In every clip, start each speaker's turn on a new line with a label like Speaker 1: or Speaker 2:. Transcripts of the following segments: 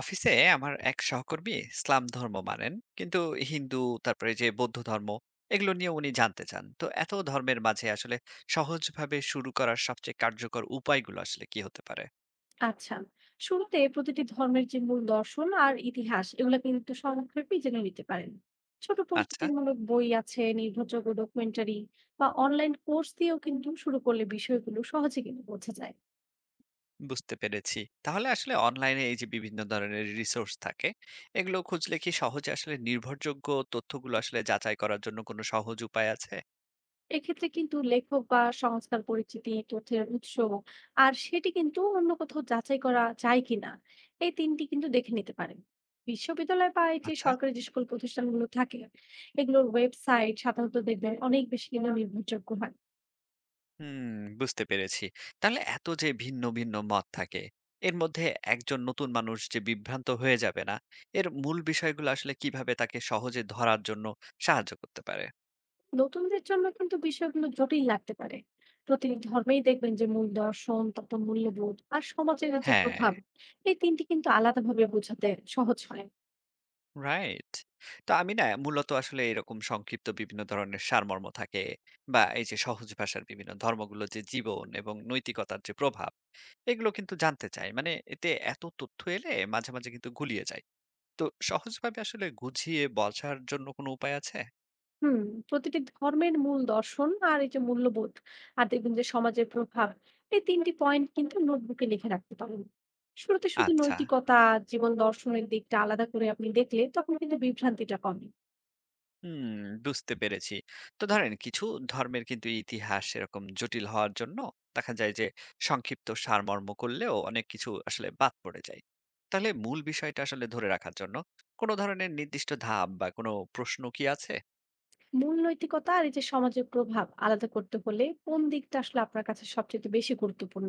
Speaker 1: অফিসে আমার এক সহকর্মী ইসলাম ধর্ম মানেন, কিন্তু হিন্দু, তারপরে যে বৌদ্ধ ধর্ম, এগুলো নিয়ে উনি জানতে চান। তো এত ধর্মের মাঝে আসলে সহজভাবে শুরু করার সবচেয়ে কার্যকর উপায়গুলো আসলে কি হতে পারে?
Speaker 2: আচ্ছা, শুরুতে প্রতিটি ধর্মের যে মূল দর্শন আর ইতিহাস এগুলো কিন্তু একটু সংক্ষেপে জেনে নিতে পারেন। ছোট
Speaker 1: আচ্ছা,
Speaker 2: পরিচিতিমূলক বই আছে, নির্ভরযোগ্য ডকুমেন্টারি বা অনলাইন কোর্স দিয়েও কিন্তু শুরু করলে বিষয়গুলো সহজে কিন্তু বোঝা যায়।
Speaker 1: বুঝতে পেরেছি। তাহলে আসলে অনলাইনে এই যে বিভিন্ন ধরনের রিসোর্স থাকে, এগুলো খুঁজলে কি সহজে আসলে নির্ভরযোগ্য তথ্যগুলো আসলে যাচাই করার জন্য কোনো সহজ উপায় আছে?
Speaker 2: এক্ষেত্রে কিন্তু লেখক বা সংস্কার পরিচিতি, তথ্যের উৎস আর সেটি কিন্তু অন্য কোথাও যাচাই করা যায় কিনা, এই তিনটি কিন্তু দেখে নিতে পারেন। বিশ্ববিদ্যালয় বা এই যে
Speaker 1: আচ্ছা।
Speaker 2: সরকারি যে সকল প্রতিষ্ঠানগুলো থাকে, এগুলোর ওয়েবসাইট সাধারণত দেখবেন অনেক বেশি কিন্তু নির্ভরযোগ্য হয়।
Speaker 1: হুম, বুঝতে পেরেছি। তাহলে এত যে ভিন্ন ভিন্ন মত থাকে, এর মধ্যে একজন নতুন মানুষ যে বিভ্রান্ত হয়ে যাবে না, এর মূল বিষয়গুলো আসলে কিভাবে তাকে সহজে ধরার জন্য সাহায্য করতে পারে?
Speaker 2: নতুনদের জন্য কিন্তু বিষয়গুলো জটিল লাগতে পারে। প্রতিটি ধর্মেই দেখবেন যে মূল দর্শন, তারপর মূল্যবোধ আর সমাজের যে
Speaker 1: হ্যাঁ,
Speaker 2: প্রভাব, এই তিনটি কিন্তু আলাদাভাবে বোঝাতে সহজ হয়।
Speaker 1: রাইট। তো আমি না মূলত আসলে এরকম সংক্ষিপ্ত বিভিন্ন ধরনের সারমর্ম থাকে বা এই যে সহজ ভাষার বিভিন্ন ধর্মগুলো যে জীবন এবং নৈতিকতার যে প্রভাব, এগুলো কিন্তু জানতে চাই। মানে এতে এত তথ্য এলে মাঝে মাঝে কিন্তু গুলিয়ে যায়। তো সহজভাবে আসলে গুছিয়ে বলার জন্য কোনো উপায় আছে?
Speaker 2: হুম প্রতিটি ধর্মের মূল দর্শন আর এই যে মূল্যবোধ আর দেখবেন যে সমাজের প্রভাব, এই তিনটি পয়েন্ট কিন্তু নোটবুকে লিখে রাখতে পারেন। শুরুতে শুধু
Speaker 1: আচ্ছা।
Speaker 2: নৈতিকতা, জীবন দর্শনের দিকটা আলাদা করে আপনি দেখলে তখন কিন্তু বিভ্রান্তিটা কমে।
Speaker 1: হুম, বুঝতে পেরেছি। তো ধরেন কিছু ধর্মের কিন্তু ইতিহাস এরকম জটিল হওয়ার জন্য দেখা যায় যে সংক্ষিপ্ত সারমর্ম করলেও অনেক কিছু আসলে বাদ পড়ে যায়। তাহলে মূল বিষয়টা আসলে ধরে রাখার জন্য কোন ধরনের নির্দিষ্ট ধাপ বা কোন প্রশ্ন কি আছে?
Speaker 2: মূল নৈতিকতা আর এই যে সমাজের প্রভাব আলাদা করতে হলে কোন দিকটা আসলে আপনার কাছে সবচেয়ে বেশি গুরুত্বপূর্ণ,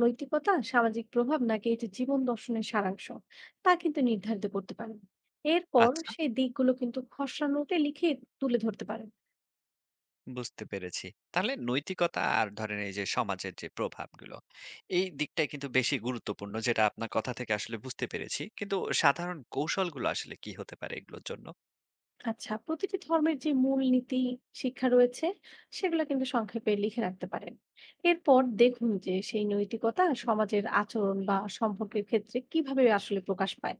Speaker 2: নৈতিকতা, সামাজিক প্রভাব নাকি এই যে জীবন দর্শনের সারাংশ, তা কিন্তু নির্ধারিত করতে পারেন। এরপর
Speaker 1: আচ্ছা,
Speaker 2: সেই দিকগুলো কিন্তু খসড়া নোটে লিখে তুলে ধরতে পারেন।
Speaker 1: বুঝতে পেরেছি। তাহলে নৈতিকতা আর ধরেন এই যে সমাজের যে প্রভাবগুলো, এই দিকটাই কিন্তু বেশি গুরুত্বপূর্ণ যেটা আপনার কথা থেকে আসলে বুঝতে পেরেছি। কিন্তু সাধারণ কৌশলগুলো আসলে কি হতে পারে এগুলোর জন্য?
Speaker 2: আচ্ছা, প্রতিটি ধর্মের যে মূল নীতি, শিক্ষা রয়েছে, সেগুলো কিন্তু সংক্ষেপে লিখে রাখতে পারেন। এরপর দেখুন যে সেই নৈতিকতা সমাজের আচরণ বা সম্পর্কের ক্ষেত্রে কিভাবে আসলে প্রকাশ পায়।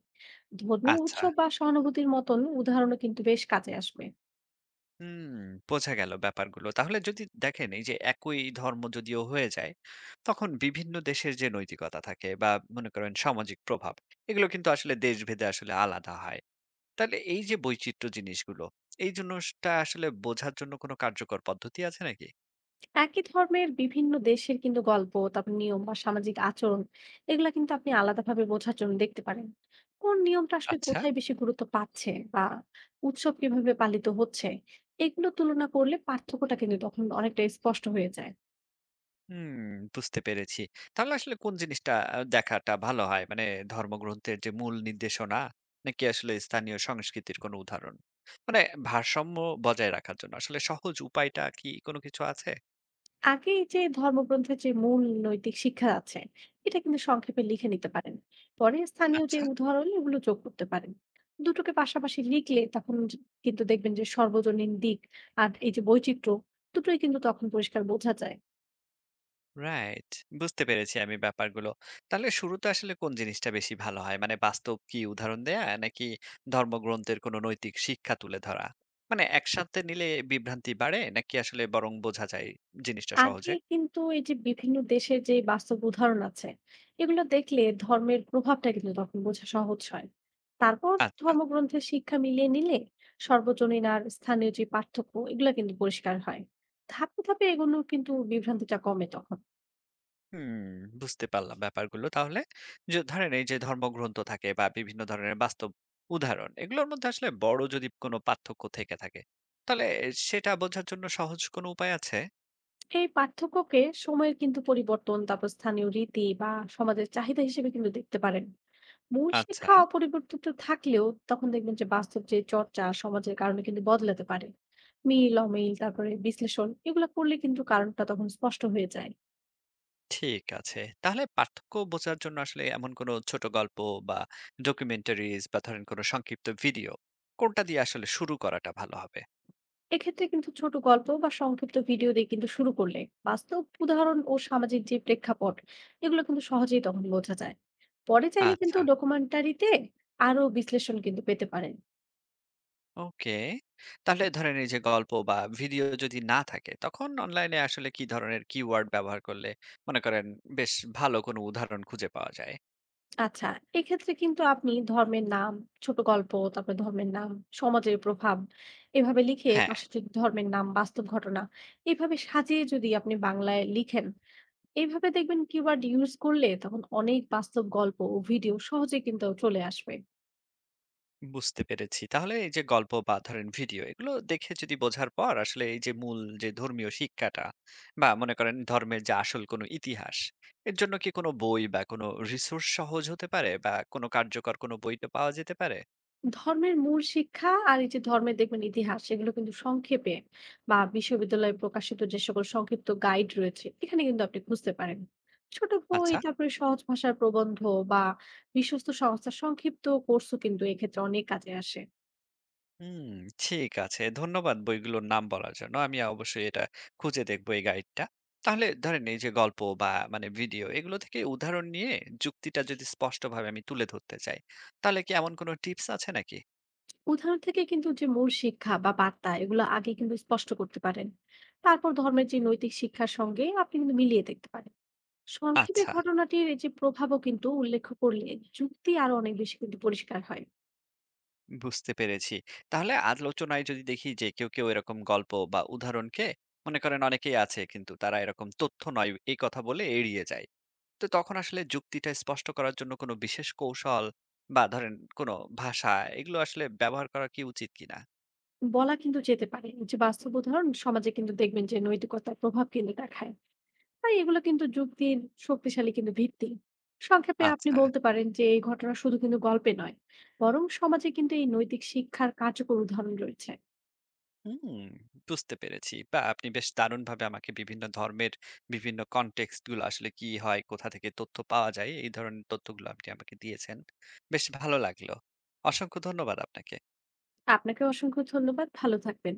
Speaker 2: ধর্মীয়
Speaker 1: আচ্ছা।
Speaker 2: উৎসব বা সহানুভূতির মতন উদাহরণও কিন্তু বেশ কাজে আসবে।
Speaker 1: হুম, বোঝা গেল ব্যাপারগুলো। তাহলে যদি দেখেন এই যে একই ধর্ম যদিও হয়ে যায়, তখন বিভিন্ন দেশের যে নৈতিকতা থাকে বা মনে করেন সামাজিক প্রভাব, এগুলো কিন্তু আসলে দেশভেদে আসলে আলাদা হয়। তাহলে এই যে বৈচিত্র্য জিনিসগুলো, এই জিনিসটা আসলে বোঝার জন্য কোনো কার্যকর পদ্ধতি আছে নাকি?
Speaker 2: একই ধর্মের বিভিন্ন দেশের কিন্তু গল্প, তারপর নিয়ম বা সামাজিক আচরণ, এগুলা কিন্তু আপনি আলাদাভাবে বোঝার জন্য দেখতে পারেন। কোন নিয়মটা আসলে
Speaker 1: আচ্ছা।
Speaker 2: কোথায় বেশি গুরুত্ব পাচ্ছে বা উৎসব কিভাবে পালিত হচ্ছে, এগুলো তুলনা করলে পার্থক্যটা কিন্তু তখন অনেকটা স্পষ্ট হয়ে যায়।
Speaker 1: হুম, বুঝতে পেরেছি। তাহলে আসলে কোন জিনিসটা দেখাটা ভালো হয়? মানে ধর্মগ্রন্থের যে মূল নির্দেশনা, নাকি আসলে স্থানীয় সংস্কৃতির কোনো উদাহরণ? মানে ভারসাম্য বজায় রাখার জন্য আসলে সহজ উপায়টা কি কোনো কিছু আছে?
Speaker 2: আগে এই যে ধর্মগ্রন্থের যে মূল নৈতিক শিক্ষা আছে, এটা কিন্তু সংক্ষেপে লিখে নিতে পারেন। পরে স্থানীয় যে
Speaker 1: আচ্ছা।
Speaker 2: উদাহরণ এগুলো যোগ করতে পারেন। দুটোকে পাশাপাশি লিখলে তখন কিন্তু দেখবেন যে সর্বজনীন দিক আর এই যে বৈচিত্র্য, দুটোই কিন্তু তখন পরিষ্কার বোঝা যায়।
Speaker 1: রাইট, বুঝতে পেরেছি আমি ব্যাপারগুলো। তাহলে শুরুতে আসলে কোন জিনিসটা বেশি ভালো হয়? মানে বাস্তব কি উদাহরণ দেয়া, নাকি ধর্মগ্রন্থের কোনো নৈতিক শিক্ষা তুলে ধরা? মানে একসাথে নিলে বিভ্রান্তি বাড়ে, নাকি আসলে বরং বোঝা যায় জিনিসটা সহজে?
Speaker 2: আগে কিন্তু এই যে বিভিন্ন দেশের যে বাস্তব উদাহরণ আছে, এগুলো দেখলে ধর্মের প্রভাবটা কিন্তু তখন বোঝা সহজ হয়। তারপর
Speaker 1: আচ্ছা।
Speaker 2: ধর্মগ্রন্থের শিক্ষা মিলিয়ে নিলে সর্বজনীন আর স্থানীয় যে পার্থক্য এগুলো কিন্তু পরিষ্কার হয়। ধাপে ধাপে এগুলো কিন্তু বিভ্রান্তিটা কমে তখন।
Speaker 1: হুম, বুঝতে পারলাম ব্যাপারগুলো। তাহলে যে ধরেন এই যে ধর্মগ্রন্থ থাকে বা বিভিন্ন ধরনের বাস্তব উদাহরণ, এগুলোর মধ্যে আসলে বড় যদি কোনো পার্থক্য থেকে থাকে, তাহলে সেটা বোঝার জন্য সহজ কোনো উপায় আছে?
Speaker 2: এই পার্থক্যকে সময়ের কিন্তু পরিবর্তন, তারপর স্থানীয় রীতি বা সমাজের চাহিদা হিসেবে কিন্তু দেখতে পারেন। মূল
Speaker 1: আচ্ছা,
Speaker 2: শিক্ষা অপরিবর্তিত থাকলেও তখন দেখবেন যে বাস্তব যে চর্চা সমাজের কারণে কিন্তু বদলাতে পারে। মিল অমিল তারপরে বিশ্লেষণ এগুলো করলে কিন্তু কারণটা তখন স্পষ্ট হয়ে যায়।
Speaker 1: ঠিক আছে। তাহলে পার্থক্য বোঝার জন্য আসলে এমন কোনো ছোট গল্প বা ডকুমেন্টারিজ বা ধরেন কোনো সংক্ষিপ্ত ভিডিও, কোনটা দিয়ে আসলে শুরু করাটা ভালো হবে?
Speaker 2: এক্ষেত্রে কিন্তু ছোট গল্প বা সংক্ষিপ্ত ভিডিও দিয়ে কিন্তু শুরু করলে বাস্তব উদাহরণ ও সামাজিক যে প্রেক্ষাপট এগুলো কিন্তু সহজেই তখন বোঝা যায়। পরে চাইলে
Speaker 1: আচ্ছা।
Speaker 2: কিন্তু ডকুমেন্টারিতে আরো বিশ্লেষণ কিন্তু পেতে পারেন।
Speaker 1: ওকে। তাহলে ধরেন এই যে গল্প বা ভিডিও যদি না থাকে, তখন অনলাইনে আসলে কি ধরনের কিওয়ার্ড ব্যবহার করলে মনে করেন বেশ ভালো কোনো উদাহরণ খুঁজে পাওয়া যায়?
Speaker 2: আচ্ছা, এক্ষেত্রে কিন্তু আপনি ধর্মের নাম, ছোট গল্প, তারপরে ধর্মের নাম, সমাজের প্রভাব, এভাবে লিখে
Speaker 1: হ্যাঁ,
Speaker 2: পাশে যদি ধর্মের নাম, বাস্তব ঘটনা এভাবে সাজিয়ে যদি আপনি বাংলায় লিখেন, এভাবে দেখবেন কিওয়ার্ড ইউজ করলে তখন অনেক বাস্তব গল্প ও ভিডিও সহজে কিন্তু চলে আসবে।
Speaker 1: বুঝতে পেরেছি। তাহলে এই যে গল্প বা ধরেন ভিডিও এগুলো দেখে যদি বোঝার পর আসলে এই যে মূল যে ধর্মীয় শিক্ষাটা বা মনে করেন ধর্মের যে আসল কোনো ইতিহাস, এর জন্য কি কোনো বই বা কোনো রিসোর্স সহজ হতে পারে বা কোনো কার্যকর কোনো বইটা পাওয়া যেতে পারে?
Speaker 2: ধর্মের মূল শিক্ষা আর এই যে ধর্মের দেখবেন ইতিহাস সেগুলো কিন্তু সংক্ষেপে বা বিশ্ববিদ্যালয়ে প্রকাশিত যে সকল সংক্ষিপ্ত গাইড রয়েছে, এখানে কিন্তু আপনি খুঁজতে পারেন। ছোট বই,
Speaker 1: আচ্ছা।
Speaker 2: তারপরে সহজ ভাষার প্রবন্ধ বা বিশ্বস্ত সংস্থার সংক্ষিপ্ত কোর্সও কিন্তু এক্ষেত্রে অনেক কাজে আসে।
Speaker 1: হুম, ঠিক আছে। ধন্যবাদ বইগুলোর নাম বলার জন্য। আমি অবশ্যই এটা খুঁজে দেখব এই গাইডটা। তাহলে ধরেন এই যে গল্প বা মানে ভিডিও এগুলো থেকে উদাহরণ নিয়ে যুক্তিটা যদি স্পষ্টভাবে আমি তুলে ধরতে চাই, তাহলে কি এমন কোনো টিপস আছে নাকি?
Speaker 2: উদাহরণ থেকে কিন্তু যে মূল শিক্ষা বা বার্তা এগুলো আগে কিন্তু স্পষ্ট করতে পারেন। তারপর ধর্মের যে নৈতিক শিক্ষার সঙ্গে আপনি কিন্তু মিলিয়ে দেখতে পারেন। সংক্ষেপে
Speaker 1: আচ্ছা,
Speaker 2: ঘটনাটির এই যে প্রভাবও কিন্তু উল্লেখ করলে যুক্তি আরো অনেক বেশি কিন্তু পরিষ্কার হয়।
Speaker 1: বুঝতে পেরেছি। তাহলে আলোচনায় যদি দেখি যে কেউ, কেউ এরকম গল্প বা উদাহরণকে মনে করেন অনেকেই আছে কিন্তু তারা এরকম তথ্য নয় এই কথা বলে এড়িয়ে যায়। তো তখন আসলে যুক্তিটা স্পষ্ট করার জন্য কোনো বিশেষ কৌশল বা ধরেন কোনো ভাষা এগুলো আসলে ব্যবহার করা কি উচিত কিনা?
Speaker 2: বলা কিন্তু যেতে পারে এই যে বাস্তব উদাহরণ সমাজে কিন্তু দেখবেন যে নৈতিকতার প্রভাব কিন্তু দেখায়, তাই এগুলো কিন্তু যুক্তির শক্তিশালী কিন্তু ভিত্তি। সংক্ষেপে আপনি
Speaker 1: আচ্ছা।
Speaker 2: বলতে পারেন যে এই ঘটনা শুধু কিন্তু গল্পে নয়, বরং সমাজে কিন্তু এই নৈতিক শিক্ষার কার্যকর উদাহরণ রয়েছে।
Speaker 1: হুম, বুঝতে পেরেছি। বা আপনি বেশ দারুণভাবে আমাকে বিভিন্ন ধর্মের বিভিন্ন কনটেক্সট গুলো আসলে কি হয়, কোথা থেকে তথ্য পাওয়া যায় এই ধরনের তথ্যগুলো আপনি আমাকে দিয়েছেন। বেশ ভালো লাগলো। অসংখ্য ধন্যবাদ আপনাকে।
Speaker 2: আপনাকে অসংখ্য ধন্যবাদ, ভালো থাকবেন।